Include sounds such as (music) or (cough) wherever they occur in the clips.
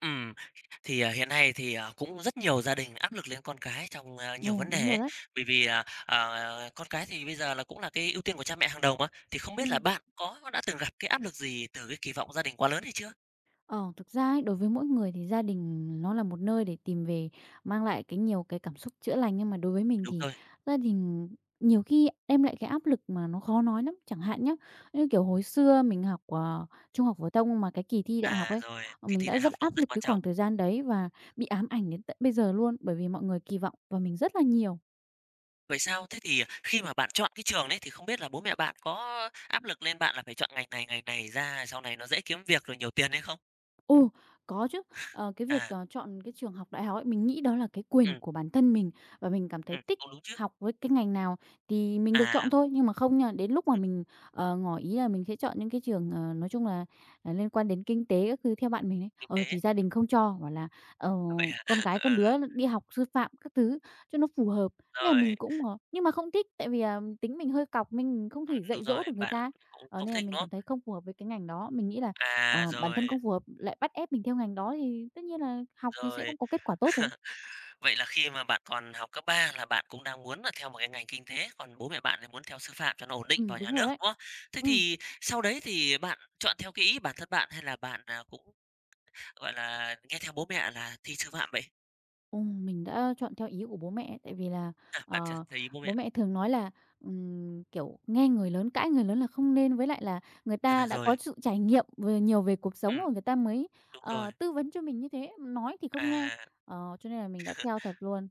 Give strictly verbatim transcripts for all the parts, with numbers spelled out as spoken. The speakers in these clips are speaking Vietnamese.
Ừ thì, à, hiện nay thì, à, cũng rất nhiều gia đình áp lực lên con cái trong, a, nhiều Ồ, vấn đúng đề ấy. rồi đấy. Bởi vì, à, à, con cái thì bây giờ là cũng là cái ưu tiên của cha mẹ hàng đầu mà, thì không biết là Ừm. bạn có đã từng gặp cái áp lực gì từ cái kỳ vọng gia đình quá lớn hay chưa? Ờ, thực ra ấy, đối với mỗi người thì gia đình nó là một nơi để tìm về mang lại cái nhiều cái cảm xúc chữa lành, nhưng mà đối với mình Đúng thì rồi, gia đình nhiều khi đem lại cái áp lực mà nó khó nói lắm. Chẳng hạn nhá, như kiểu hồi xưa mình học, ờ, trung học phổ thông mà cái kỳ thi đại học à, ấy, rồi, ờ, kỳ mình thi đã đại rất học nó áp rất lực quan cái trọng. khoảng thời gian đấy và bị ám ảnh đến tận bây giờ luôn, bởi vì mọi người kỳ vọng vào mình rất là nhiều. Vậy sao? Thế thì à, khi mà bạn chọn cái trường đấy thì không biết là bố mẹ bạn có áp lực lên bạn là phải chọn ngành này, ngành này ra sau này nó dễ kiếm việc rồi nhiều tiền hay không? Ồ, có chứ. Ờ, cái việc, À, ờ, chọn cái trường học đại học ấy, mình nghĩ đó là cái ừ, quyền của bản thân mình và mình cảm thấy ừm, thích cũng đúng chứ. học với cái ngành nào thì mình được À, chọn thôi. Nhưng mà không nha, đến lúc mà ừm, mình, ờ, ngỏ ý là mình sẽ chọn những cái trường, ờ, nói chung là, à, liên quan đến kinh tế các thứ theo bạn mình ấy, kinh ờ, tế, thì gia đình không cho, bảo là, ờ, à, vậy à? "Con (laughs) cái con Ờ, đứa đi học sư phạm các thứ cho nó phù hợp." Thế là rồi. mình cũng, ờ, nhưng mà không thích, tại vì, à, tính mình hơi cọc, mình không Ừm, thể đúng dạy dỗ rồi, được người bạn ta, cũng ờ, không nên là thích, mình đúng không? cảm thấy không phù hợp với cái ngành đó. Mình nghĩ là À, Ờ, bản rồi, thân không phù hợp lại bắt ép mình theo ngành đó thì tất nhiên là học thì sẽ rồi. không có kết quả tốt rồi. (laughs) Vậy là khi mà bạn còn học cấp ba là bạn cũng đang muốn là theo một cái ngành kinh tế, còn bố mẹ bạn thì muốn theo sư phạm cho nó ổn định Ừm, vào nhà đúng rồi nước, đấy. đúng không? Thế Ừm, thì sau đấy thì bạn chọn theo cái ý bản thân bạn hay là bạn, à, cũng, gọi là, nghe theo bố mẹ là thi sư phạm vậy? (laughs) ừm, mình đã chọn theo ý của bố mẹ, tại vì là, À, bạn ch ờ, theo ý bố bố mẹ. mẹ thường nói là, ừm, kiểu, nghe người lớn, cãi người lớn là không nên, với lại là người À, ta đã có rồi, sự trải nghiệm về nhiều về cuộc sống ừm, rồi người ta mới, đúng rồi. ờ, tư vấn cho mình như thế, nói thì không nghe. À. Ờ, cho nên là mình đã theo thật luôn.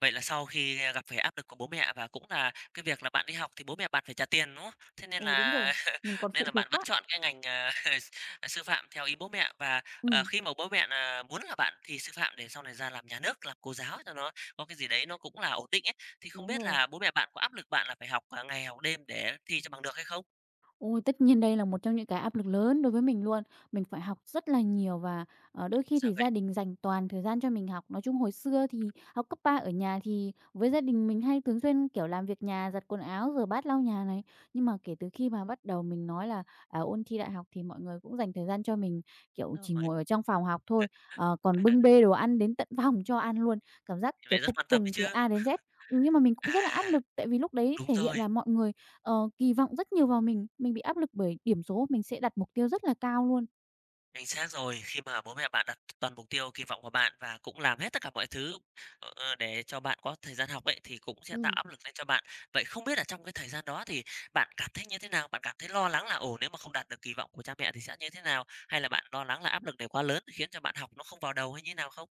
Vậy là sau khi, gặp phải áp lực của bố mẹ và cũng là cái việc là bạn đi học thì bố mẹ bạn phải trả tiền, đúng không? Thế nên Ừ, đúng rồi, là mình (laughs) còn nên là phụ bạn thuộc vẫn quá. chọn cái ngành, à, (laughs) sư phạm theo ý bố mẹ và, ờ, Ừm, khi mà bố mẹ nà muốn là bạn thì sư phạm để sau này ra làm nhà nước, làm cô giáo cho nó có cái gì đấy nó cũng là ổn định ấy, thì không đúng biết rồi. là bố mẹ bạn có áp lực bạn là phải học, à, ngày học đêm để thi cho bằng được hay không? Ôi, tất nhiên đây là một trong những cái áp lực lớn đối với mình luôn. Mình phải học rất là nhiều và, ờ, đôi khi sao thì vậy. gia đình dành toàn thời gian cho mình học. Nói chung hồi xưa thì học cấp ba ở nhà thì với gia đình mình hay thường xuyên, kiểu, làm việc nhà, giặt quần áo, rửa bát, lau nhà này. Nhưng mà kể từ khi mà bắt đầu mình nói là, à, ôn thi đại học thì mọi người cũng dành thời gian cho mình, kiểu, Ừ. chỉ Rồi, ngồi ở trong phòng học thôi, ờ, còn bưng bê đồ ăn đến tận phòng cho ăn luôn. Cảm giác, (laughs) vậy kiểu, rất phục quan tâm đấy tùng từ chứ. a đến dét. Ừm, nhưng mà mình cũng rất là áp À, lực tại vì lúc đấy đúng thể hiện rồi. là mọi người ờ, kỳ vọng rất nhiều vào mình, mình bị áp lực bởi điểm số, mình sẽ đặt mục tiêu rất là cao luôn. Chính xác rồi, khi mà bố mẹ bạn đặt toàn mục tiêu kỳ vọng của bạn và cũng làm hết tất cả mọi thứ, ờ, ờ, để cho bạn có thời gian học ấy, thì cũng sẽ tạo Ừm. áp lực lên cho bạn. Vậy không biết là trong cái thời gian đó thì bạn cảm thấy như thế nào? Bạn cảm thấy lo lắng là, ồ, nếu mà không đạt được kỳ vọng của cha mẹ thì sẽ như thế nào? Hay là bạn lo lắng là áp lực này quá lớn khiến cho bạn học nó không vào đầu hay như thế nào không?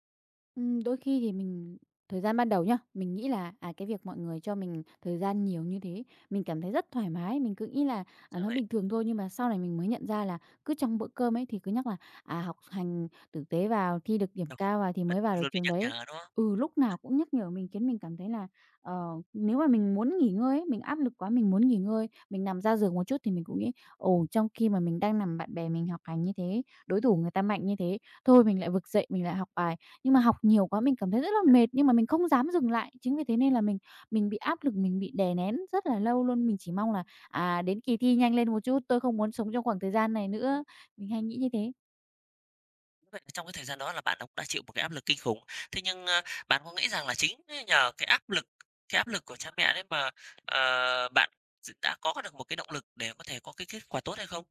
Ừm, đôi khi thì mình thời gian ban đầu nhá, mình nghĩ là, à, cái việc mọi người cho mình thời gian nhiều như thế, mình cảm thấy rất thoải mái, mình cứ nghĩ là, à, Ra nó vậy, bình thường thôi. Nhưng mà sau này mình mới nhận ra là cứ trong bữa cơm ấy thì cứ nhắc là, à, học hành tử tế vào, thi được điểm đúng, cao vào thì vẫn mới vào được luôn bị trường nhắc đấy. nhở, đúng không? Ừ, lúc nào cũng nhắc nhở mình khiến mình cảm thấy là, ờ, nếu mà mình muốn nghỉ ngơi ấy, mình áp lực quá, mình muốn nghỉ ngơi, mình nằm ra giường một chút thì mình cũng nghĩ: "Ồ, trong khi mà mình đang nằm bạn bè mình học hành như thế, đối thủ người ta mạnh như thế, thôi mình lại vực dậy mình lại học bài." Nhưng mà học nhiều quá mình cảm thấy rất là mệt, nhưng mà mình không dám dừng lại. Chính vì thế nên là mình mình bị áp lực, mình bị đè nén rất là lâu luôn. Mình chỉ mong là, à, đến kỳ thi nhanh lên một chút, tôi không muốn sống trong khoảng thời gian này nữa. Mình hay nghĩ như thế. Vậy là trong cái thời gian đó là bạn cũng đã chịu một cái áp lực kinh khủng. Thế nhưng, a, bạn có nghĩ rằng là chính nhờ cái áp lực cái áp lực của cha mẹ đấy mà, ờ, bạn đã có được một cái động lực để có thể có cái kết quả tốt hay không?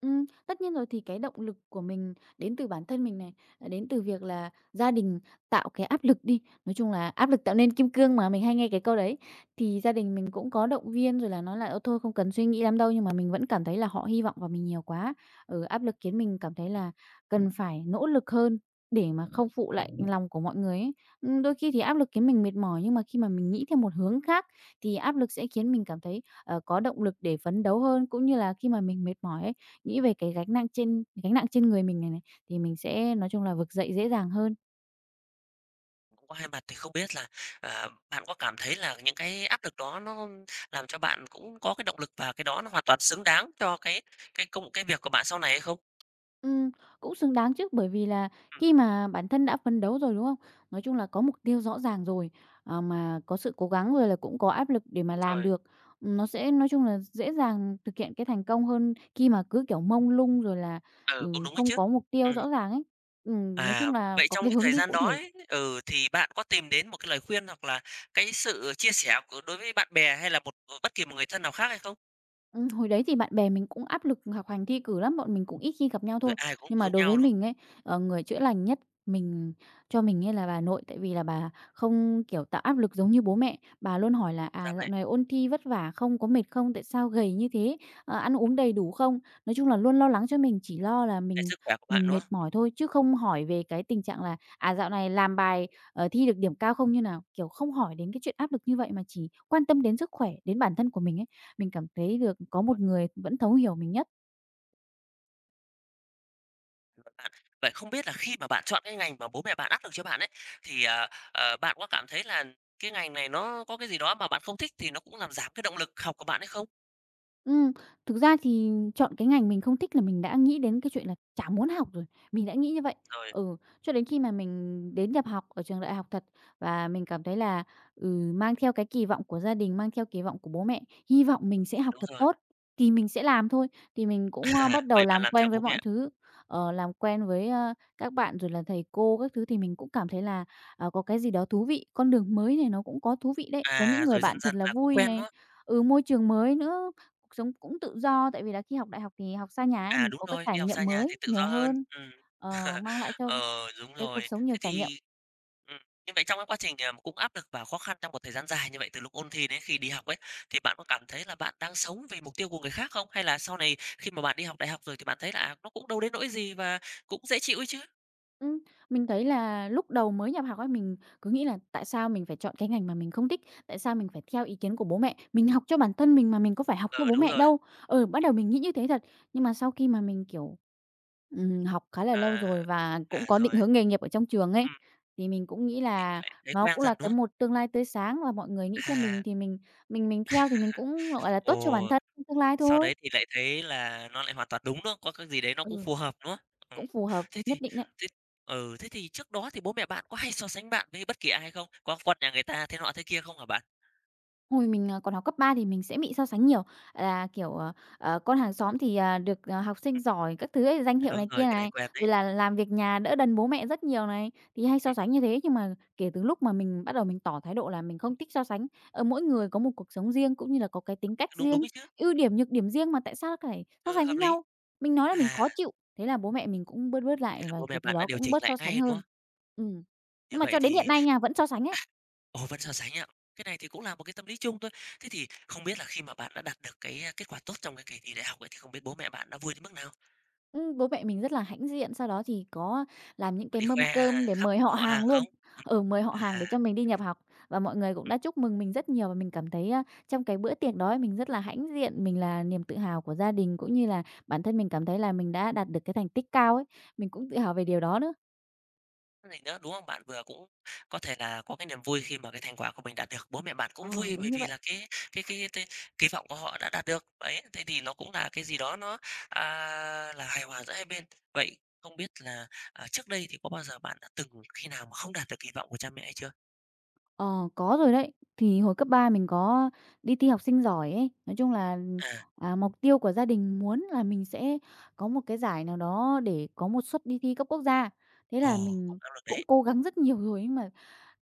Ừm, tất nhiên rồi, thì cái động lực của mình đến từ bản thân mình này, à, đến từ việc là gia đình tạo cái áp lực đi, nói chung là "Áp lực tạo nên kim cương" mà, mình hay nghe cái câu đấy. Thì gia đình mình cũng có động viên rồi là nói là "Ờ, thôi không cần suy nghĩ lắm đâu." Nhưng mà mình vẫn cảm thấy là họ hy vọng vào mình nhiều quá. Ừ, áp lực khiến mình cảm thấy là cần phải nỗ lực hơn để mà không phụ lại lòng của mọi người ấy. Ừm, đôi khi thì áp lực khiến mình mệt mỏi, nhưng mà khi mà mình nghĩ theo một hướng khác thì áp lực sẽ khiến mình cảm thấy ờ, có động lực để phấn đấu hơn, cũng như là khi mà mình mệt mỏi ấy, nghĩ về cái gánh nặng trên gánh nặng trên người mình này này, thì mình sẽ nói chung là vực dậy dễ dàng hơn. Cũng có hai mặt thì không biết là, ờ, bạn có cảm thấy là những cái áp lực đó nó làm cho bạn cũng có cái động lực và cái đó nó hoàn toàn xứng đáng cho cái cái công cái việc của bạn sau này hay không? Ừm, cũng xứng đáng chứ, bởi vì là Ừm, khi mà bản thân đã phấn đấu rồi, đúng không? Nói chung là có mục tiêu rõ ràng rồi, ờ, mà có sự cố gắng rồi là cũng có áp lực để mà đúng làm rồi. được. Ừm, nó sẽ nói chung là dễ dàng thực hiện cái thành công hơn khi mà cứ, kiểu, mông lung rồi là, Ừ, cũng ừm, đúng đấy không chứ. có mục tiêu Ừm. rõ ràng ấy. Ừm, nói À, chung là vậy có trong cái cái hướng thời đi gian cụ đó thể. ấy, ừ, thì bạn có tìm đến một cái lời khuyên hoặc là cái sự chia sẻ của đối với bạn bè hay là một bất kỳ một người thân nào khác hay không? Ừm, hồi đấy thì bạn bè mình cũng áp lực học hành thi cử lắm, bọn mình cũng ít khi gặp nhau Rồi thôi. ai cũng Nhưng mà giống đối nhau, với đúng không? mình ấy, ờ, người chữa lành nhất mình cho mình ấy là bà nội, tại vì là bà không, kiểu, tạo áp lực giống như bố mẹ. Bà luôn hỏi là Dạ "À, dạo vậy, này ôn thi vất vả không? Có mệt không? Tại sao gầy như thế? Ờ, ăn uống đầy đủ không?" Nói chung là luôn lo lắng cho mình, chỉ lo là về mình sức khỏe của bạn, mình đúng mệt không? mỏi thôi, chứ không hỏi về cái tình trạng là "À, dạo này làm bài, ờ, thi được điểm cao không như nào?" Kiểu, không hỏi đến cái chuyện áp lực như vậy mà chỉ quan tâm đến sức khỏe, đến bản thân của mình ấy. Mình cảm thấy được có Rồi, một người vẫn thấu hiểu mình nhất. cảm ơn bạn. Vậy không biết là khi mà bạn chọn cái ngành mà bố mẹ bạn áp lực cho bạn ấy thì à, ờ, bạn có cảm thấy là cái ngành này nó có cái gì đó mà bạn không thích thì nó cũng làm giảm cái động lực học của bạn hay không? Ừm, thực ra thì chọn cái ngành mình không thích là mình đã nghĩ đến cái chuyện là chả muốn học rồi, mình đã nghĩ như vậy. Rồi, Ừ, cho đến khi mà mình đến nhập học ở trường đại học thật và mình cảm thấy là, ừ, mang theo cái kỳ vọng của gia đình, mang theo kỳ vọng của bố mẹ, hy vọng mình sẽ à, học đúng thật rồi. tốt thì mình sẽ làm thôi. Thì mình cũng, ơ, (laughs) À, bắt đầu vậy bạn làm làm theo quen với bố mọi mẹ. thứ, ờ, làm quen với, ơ, các bạn rồi là thầy cô các thứ thì mình cũng cảm thấy là, à, có cái gì đó thú vị, con đường mới này nó cũng có thú vị đấy, có những À, người rồi dần bạn dần thật là là cũng vui quen này, đó. ừ, môi trường mới nữa. Cuộc sống cũng tự do, tại vì là khi học đại học thì học xa nhà ấy, À, mình đúng có cái rồi, trải đi học xa nghiệm nhà thì mới tự do nhiều hơn. hơn, Ừ. ờ, mang lại cho Ờ, đúng cái cuộc rồi. sống nhiều Thế trải nghiệm. thì ừm, như vậy trong cái quá trình, à, cũng áp lực và khó khăn trong một thời gian dài như vậy từ lúc ôn thi đến khi đi học ấy, thì bạn có cảm thấy là bạn đang sống vì mục tiêu của người khác không? Hay là sau này khi mà bạn đi học đại học rồi thì bạn thấy là, à, nó cũng đâu đến nỗi gì và cũng dễ chịu ấy chứ? Ừm, mình thấy là lúc đầu mới nhập học ấy, mình cứ nghĩ là tại sao mình phải chọn cái ngành mà mình không thích, tại sao mình phải theo ý kiến của bố mẹ, mình học cho bản thân mình mà mình có phải học Ờ, cho bố đúng mẹ rồi. đâu. Ừ, bắt Ừm, đầu mình nghĩ như thế thật, nhưng mà sau khi mà mình, kiểu, ừm, học khá là lâu à, rồi và à, cũng có định rồi. hướng nghề nghiệp ở trong trường ấy, Ừm, thì mình cũng nghĩ thì là lại nó quen cũng dần, là đúng cái không? một tương lai tươi sáng và mọi người nghĩ cho À, mình thì mình mình mình theo thì mình cũng, gọi là, ồ. tốt cho bản thân trong tương lai Sau thôi. đấy thì lại thấy là nó lại hoàn toàn đúng, nữa, Có cái gì đấy nó cũng Ừ, phù hợp, đúng không? cũng phù hợp Thế thì nhất định đấy. thế ừ, thế thì trước đó thì bố mẹ bạn có hay so sánh bạn với bất kỳ ai không? Có con nhà người ta thế nọ thế kia không hả bạn? Hồi mình, à, còn học cấp ba thì mình sẽ bị so sánh nhiều, là, kiểu, ờ, ờ, con hàng xóm thì, à, được, à, học sinh giỏi các thứ ấy, danh À, hiệu đúng này rồi, kia cái này này, quen đấy. rồi là làm việc nhà đỡ đần bố mẹ rất nhiều này, thì hay Ừm, so sánh như thế. Nhưng mà kể từ lúc mà mình bắt đầu mình tỏ thái độ là mình không thích so sánh, ở mỗi người có một cuộc sống riêng cũng như là có cái tính cách đúng, đúng riêng, ấy chứ. ưu điểm, nhược điểm riêng mà tại sao phải so Ừ, sánh hợp với lý. nhau. Mình nói là mình À, khó chịu, thế là bố mẹ mình cũng bớt bớt thế lại là và bố mẹ kể từ bạn đã đó điều cũng chỉnh bớt lại so sánh ngay, đúng hơn. không? Ừm. Như Nhưng mà vậy cho đến hiện thì nay nha, vẫn so sánh ấy. à, ồ, vẫn so sánh ạ. Cái này thì cũng là một cái tâm lý chung thôi. Thế thì không biết là khi mà bạn đã đạt được cái, a, kết quả tốt trong cái kỳ thi đại học ấy, thì không biết bố mẹ bạn đã vui đến mức nào? Ừm, bố mẹ mình rất là hãnh diện, sau đó thì có làm những Có cái đi mâm khoe cơm để khắp mời họ họ hàng hàng luôn. không? Ừm. Ừ, mời họ hàng À. để cho mình đi nhập học và mọi người cũng đã chúc mừng mình rất nhiều và mình cảm thấy, a, trong cái bữa tiệc đó mình rất là hãnh diện, mình là niềm tự hào của gia đình cũng như là bản thân mình cảm thấy là mình đã đạt được cái thành tích cao ấy, mình cũng tự hào về điều đó nữa. Gì nữa, đúng không? Bạn vừa cũng có thể là có cái niềm vui khi mà cái thành quả của mình đạt được, bố mẹ bạn cũng Ờ, vui đúng bởi như vì vậy. là cái cái cái t kỳ vọng của họ đã đạt được. Đấy, thế thì nó cũng là cái gì đó nó, à, là hài hòa giữa hai bên. Vậy không biết là, à, trước đây thì có bao giờ bạn đã từng khi nào mà không đạt được kỳ vọng của cha mẹ hay chưa? Ờ, có rồi đấy. Thì hồi cấp ba mình có đi thi học sinh giỏi ấy. Nói chung là, À, à, mục tiêu của gia đình muốn là mình sẽ có một cái giải nào đó để có một suất đi thi cấp quốc gia. Thế là ồ, cũng mình áp lực cũng đấy. cố gắng rất nhiều rồi, nhưng mà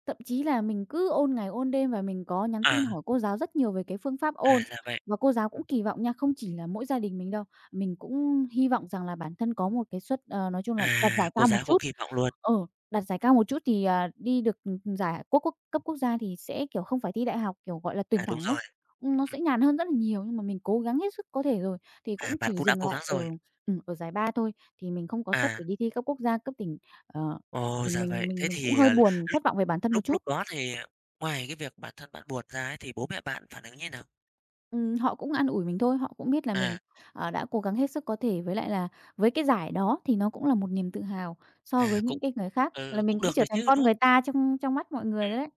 thậm chí là mình cứ ôn ngày ôn đêm và mình có nhắn À, tin hỏi cô giáo rất nhiều về cái phương pháp à, ôn. là vậy. Và cô giáo Ừm, cũng kỳ vọng nha, không chỉ là mỗi gia đình mình đâu, mình cũng hy vọng rằng là bản thân có một cái suất, ờ, nói chung là đạt à, giải cô cao một giáo cũng chút. kỳ vọng luôn. Ừ, đặt giải cao một chút thì, à, đi được, ừm, giải quốc quốc cấp quốc gia thì sẽ, kiểu, không phải thi đại học, kiểu, gọi là, tuyển À, đúng thẳng ấy, rồi. ừm, nó Ừm, sẽ nhàn hơn rất là nhiều. Nhưng mà mình cố gắng hết sức có thể rồi, thì à, cũng bạn chỉ cũng đã dừng cố gắng lại ở, rồi. ừm, ở giải ba thôi, thì mình không có suất À, để đi thi cấp quốc gia, cấp tỉnh. Ờ, ồ, thì ra mình vậy. mình Thế mình cũng thì, hơi ờ buồn, thất vọng về bản thân một Lúc lúc chút. đó thì, à, ngoài cái việc bản thân bạn buồn ra ấy, thì bố mẹ bạn phản ứng như nào? Ừm, họ cũng an ủi mình thôi, họ cũng biết là À, mình, ờ, đã cố gắng hết sức có thể, với lại là với cái giải đó thì nó cũng là một niềm tự hào à, so với cũng những cái người cũng, khác, ừ, là mình cũng cũng được trở rồi thành chứ, con đúng không? người ta trong trong mắt mọi người rồi Ừm, đấy.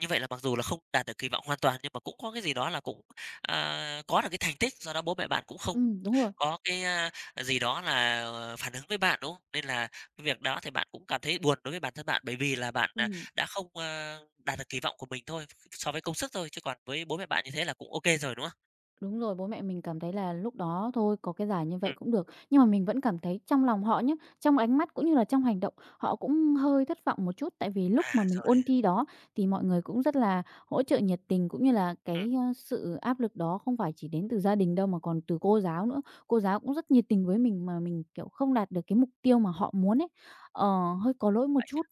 như vậy là mặc dù là không đạt được kỳ vọng hoàn toàn, nhưng mà cũng có cái gì đó là cũng, à, có được cái thành tích, do đó bố mẹ bạn cũng không Ừm, đúng rồi. có cái, a, gì đó là, ờ, phản ứng với bạn, đúng không? Nên là cái việc đó thì bạn cũng cảm thấy buồn đối với bản thân bạn, bởi vì là bạn, à, Ừm, đã không, a, đạt được kỳ vọng của mình thôi, so với công sức thôi, chứ còn với bố mẹ bạn như thế là cũng ok rồi, đúng không? Đúng rồi, bố mẹ mình cảm thấy là lúc đó thôi có cái giải như vậy Ừm, cũng được. Nhưng mà mình vẫn cảm thấy trong lòng họ nhé, trong ánh mắt cũng như là trong hành động, họ cũng hơi thất vọng một chút. Tại vì lúc à, mà mình rồi, ôn thi đó thì mọi người cũng rất là hỗ trợ nhiệt tình, cũng như là ừm, cái, ơ, sự áp lực đó không phải chỉ đến từ gia đình đâu mà còn từ cô giáo nữa. Cô giáo cũng rất nhiệt tình với mình mà mình, kiểu, không đạt được cái mục tiêu mà họ muốn ấy, ờ, hơi có lỗi một vậy chút.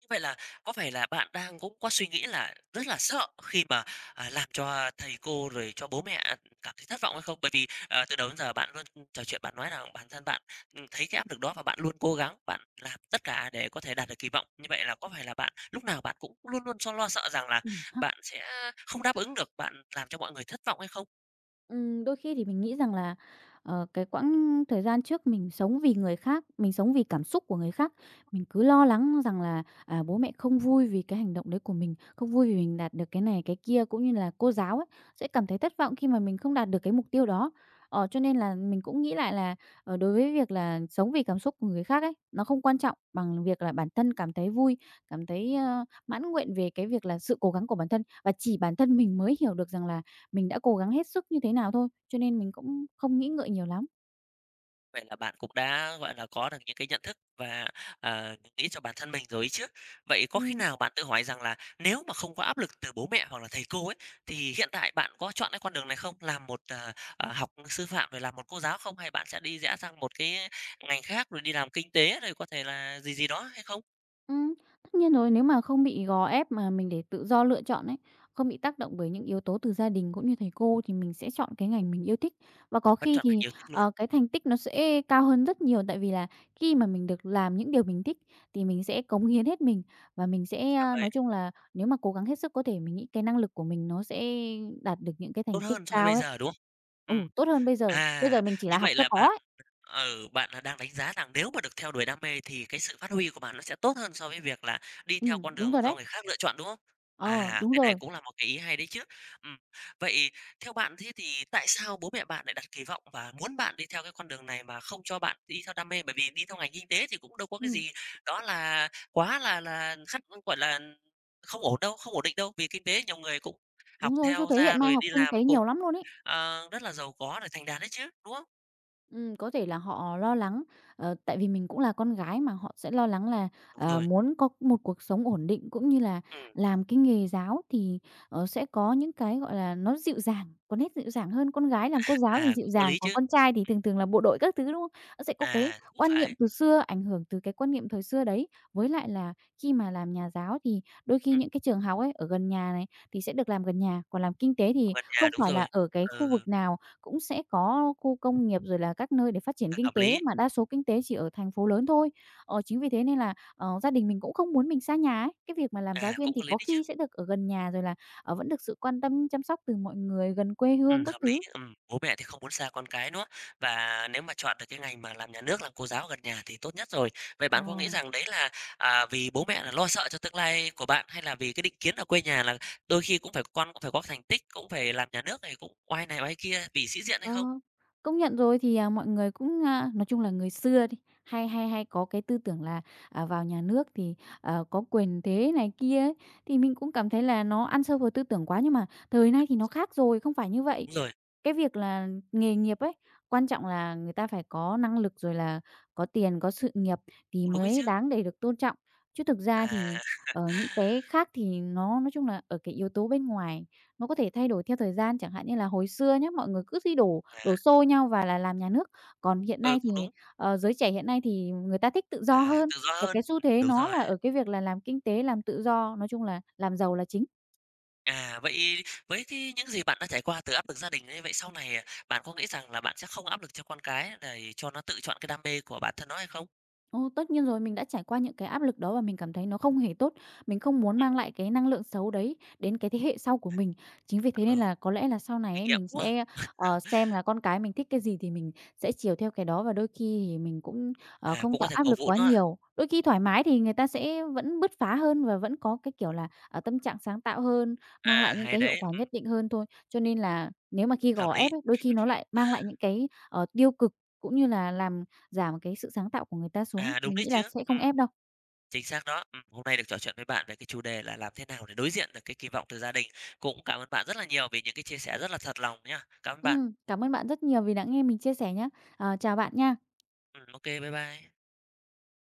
Như vậy là có phải là bạn đang cũng có suy nghĩ là rất là sợ khi mà, à, làm cho thầy cô rồi cho bố mẹ cảm thấy thất vọng hay không? Bởi vì, ờ, từ đầu đến giờ bạn luôn trò chuyện bạn nói là bản thân bạn, ừm, thấy cái áp lực đó và bạn luôn cố gắng, bạn làm tất cả để có thể đạt được kỳ vọng. Như vậy là có phải là bạn lúc nào bạn cũng luôn luôn so lo sợ rằng là Ừm ha. bạn sẽ không đáp ứng được, bạn làm cho mọi người thất vọng hay không? Ừm, đôi khi thì mình nghĩ rằng là, ờ, cái quãng thời gian trước mình sống vì người khác, mình sống vì cảm xúc của người khác, mình cứ lo lắng rằng là, à, bố mẹ không vui vì cái hành động đấy của mình, không vui vì mình đạt được cái này, cái kia, cũng như là cô giáo ấy, sẽ cảm thấy thất vọng khi mà mình không đạt được cái mục tiêu đó. Ờ, cho nên là mình cũng nghĩ lại là, ờ, đối với việc là sống vì cảm xúc của người khác ấy, nó không quan trọng bằng việc là bản thân cảm thấy vui, cảm thấy, ơ, mãn nguyện về cái việc là sự cố gắng của bản thân. Và chỉ bản thân mình mới hiểu được rằng là mình đã cố gắng hết sức như thế nào thôi, cho nên mình cũng không nghĩ ngợi nhiều lắm. Vậy là bạn cũng đã, gọi là, có được những cái nhận thức và, à, nghĩ cho bản thân mình rồi ấy chứ. Vậy có khi Ừm. nào bạn tự hỏi rằng là nếu mà không có áp lực từ bố mẹ hoặc là thầy cô ấy, thì hiện tại bạn có chọn cái con đường này không? Làm một, ờ, ờ, học sư phạm rồi làm một cô giáo không? Hay bạn sẽ đi rẽ sang một cái ngành khác rồi đi làm kinh tế rồi có thể là gì gì đó hay không? Ừm, Tất nhiên rồi, nếu mà không bị gò ép mà mình để tự do lựa chọn ấy, không bị tác động bởi những yếu tố từ gia đình cũng như thầy cô thì mình sẽ chọn cái ngành mình yêu thích. Và có Vẫn khi chọn ngành thì, yêu thích luôn, ờ, cái thành tích nó sẽ cao hơn rất nhiều, tại vì là khi mà mình được làm những điều mình thích thì mình sẽ cống hiến hết mình và mình sẽ, ra a vậy, nói chung là nếu mà cố gắng hết sức có thể mình nghĩ cái năng lực của mình nó sẽ đạt được những cái tốt thành tích hơn so với bây cao đấy. giờ, đúng không? Ừm, Ồ, tốt hơn bây giờ, bây giờ à, mình chỉ như là học vậy cho là có ba ấy. Ừ, bạn, à, đang đánh giá rằng nếu mà được theo đuổi đam mê thì cái sự phát huy của bạn nó sẽ tốt hơn so với việc là đi theo Ừm, con đúng đường rồi do đấy. người khác lựa chọn, đúng không? Ờ, À, đúng cái này rồi. cũng là một cái ý hay đấy chứ. Ừm, vậy theo bạn thế thì tại sao bố mẹ bạn lại đặt kỳ vọng và muốn bạn đi theo cái con đường này mà không cho bạn đi theo đam mê? Bởi vì đi theo ngành kinh tế thì cũng đâu có cái Ừm, gì đó là quá là là khắt gọi là, không ổn đâu, không ổn định đâu, vì kinh tế nhiều người cũng học đúng rồi, xu theo thế ra hiện nay rồi học đi kinh làm tế cũng, nhiều lắm luôn ấy. ờ, rất là giàu có rồi thành đạt đấy chứ, đúng không? Ừm, có thể là họ lo lắng, ờ, tại vì mình cũng là con gái mà họ sẽ lo lắng là, Đúng ờ, rồi, muốn có một cuộc sống ổn định, cũng như là ừm. làm cái nghề giáo thì, ờ, sẽ có những cái, gọi là, nó dịu dàng, có nét dịu dàng hơn. Con gái làm cô giáo thì À, dịu cũng có dàng, lý còn chứ. con trai thì thường thường là bộ đội các thứ, đúng không? Nó sẽ có cái À, cũng quan niệm phải. từ xưa, ảnh hưởng từ cái quan niệm thời xưa đấy. Với lại là khi mà làm nhà giáo thì đôi khi Ừm, những cái trường học ấy, ở gần nhà này thì sẽ được làm gần nhà, còn làm kinh tế học thì gần nhà, không đúng phải là rồi. ở cái Ừ, khu vực nào cũng sẽ có khu công nghiệp rồi là các nơi để phát triển à, kinh hợp tế, lý. mà đa số kinh tế chỉ ở thành phố lớn thôi. Ờ, chính vì thế nên là, ờ, gia đình mình cũng không muốn mình xa nhà ấy. Cái việc mà làm giáo À, viên cũng có thì lý có đấy khi chứ. sẽ được ở gần nhà, rồi là, ờ, vẫn được sự quan tâm chăm sóc từ mọi người, gần quê Ừm, hương các hợp lý. thứ. Ừm, bố mẹ thì không muốn xa con cái nữa, và nếu mà chọn được cái ngành mà làm nhà nước, làm cô giáo gần nhà thì tốt nhất rồi. Vậy Ờ. bạn có nghĩ rằng đấy là, à, vì bố mẹ là lo sợ cho tương lai của bạn, hay là vì cái định kiến ở quê nhà là đôi khi cũng phải con cũng phải có thành tích, cũng phải làm nhà nước này, cũng oai này oai kia vì sĩ diện hay Ờ, không? công nhận rồi thì, à, mọi người cũng, a nói chung là người xưa đi, hay hay hay có cái tư tưởng là, à, vào nhà nước thì, ờ, có quyền thế này kia ấy, thì mình cũng cảm thấy là nó ăn sâu vào tư tưởng quá. Nhưng mà thời nay thì nó khác rồi, không phải như vậy. Đúng rồi, Cái việc là nghề nghiệp ấy, quan trọng là người ta phải có năng lực rồi là có tiền, có sự nghiệp thì cũng đúng ấy mới chứ. đáng để được tôn trọng, chứ thực ra À, thì ờ, những cái (laughs) khác thì nó nói chung là ở cái yếu tố bên ngoài nó có thể thay đổi theo thời gian, chẳng hạn như là hồi xưa nhé mọi người cứ đi đổ à, đổ xô nhau và là làm nhà nước, còn hiện ừ, nay thì, cũng đúng. ờ, giới trẻ hiện nay thì người ta thích tự do À, hơn, tự do và hơn. cái xu thế Đúng nó rồi. là ở cái việc là làm kinh tế, làm tự do, nói chung là làm giàu là chính. À, vậy với cái những gì bạn đã trải qua từ áp lực gia đình ấy, vậy sau này, à, bạn có nghĩ rằng là bạn sẽ không áp lực cho con cái để cho nó tự chọn cái đam mê của bản thân nó hay không? Ồ, tất nhiên rồi, mình đã trải qua những cái áp lực đó và mình cảm thấy nó không hề tốt. Mình không muốn mang lại cái năng lượng xấu đấy đến cái thế hệ sau của mình. Chính vì thế nên Ừ, là có lẽ là sau này kinh ấy, nghiệm, mình đúng không? sẽ, ờ, xem là con cái mình thích cái gì thì mình sẽ chiều theo cái đó và đôi khi thì mình cũng, ờ, À, không cũng có tạo thể áp cổ lực vũ quá nó à? nhiều. Đôi khi thoải mái thì người ta sẽ vẫn bứt phá hơn và vẫn có cái, kiểu là, ờ, tâm trạng sáng tạo hơn, mang À, lại những hay cái hiệu đấy, quả ừ, nhất định hơn thôi. Cho nên là nếu mà khi hợp gò lý. ép ấy, đôi khi nó lại mang lại những cái, ờ, tiêu cực cũng như là làm giảm cái sự sáng tạo của người ta xuống ấy, À, đúng mình đấy nghĩ chứ. là sẽ không Ừm, ép đâu. chính xác đó. Ừm, hôm nay được trò chuyện với bạn về cái chủ đề là làm thế nào để đối diện được cái kỳ vọng từ gia đình. Cũng cảm ơn bạn rất là nhiều vì những cái chia sẻ rất là thật lòng nhá. Cảm ơn bạn. Ừm, cảm ơn bạn rất nhiều vì đã nghe mình chia sẻ nhé. Ờ, chào bạn nha. Ừm, ô bye bye.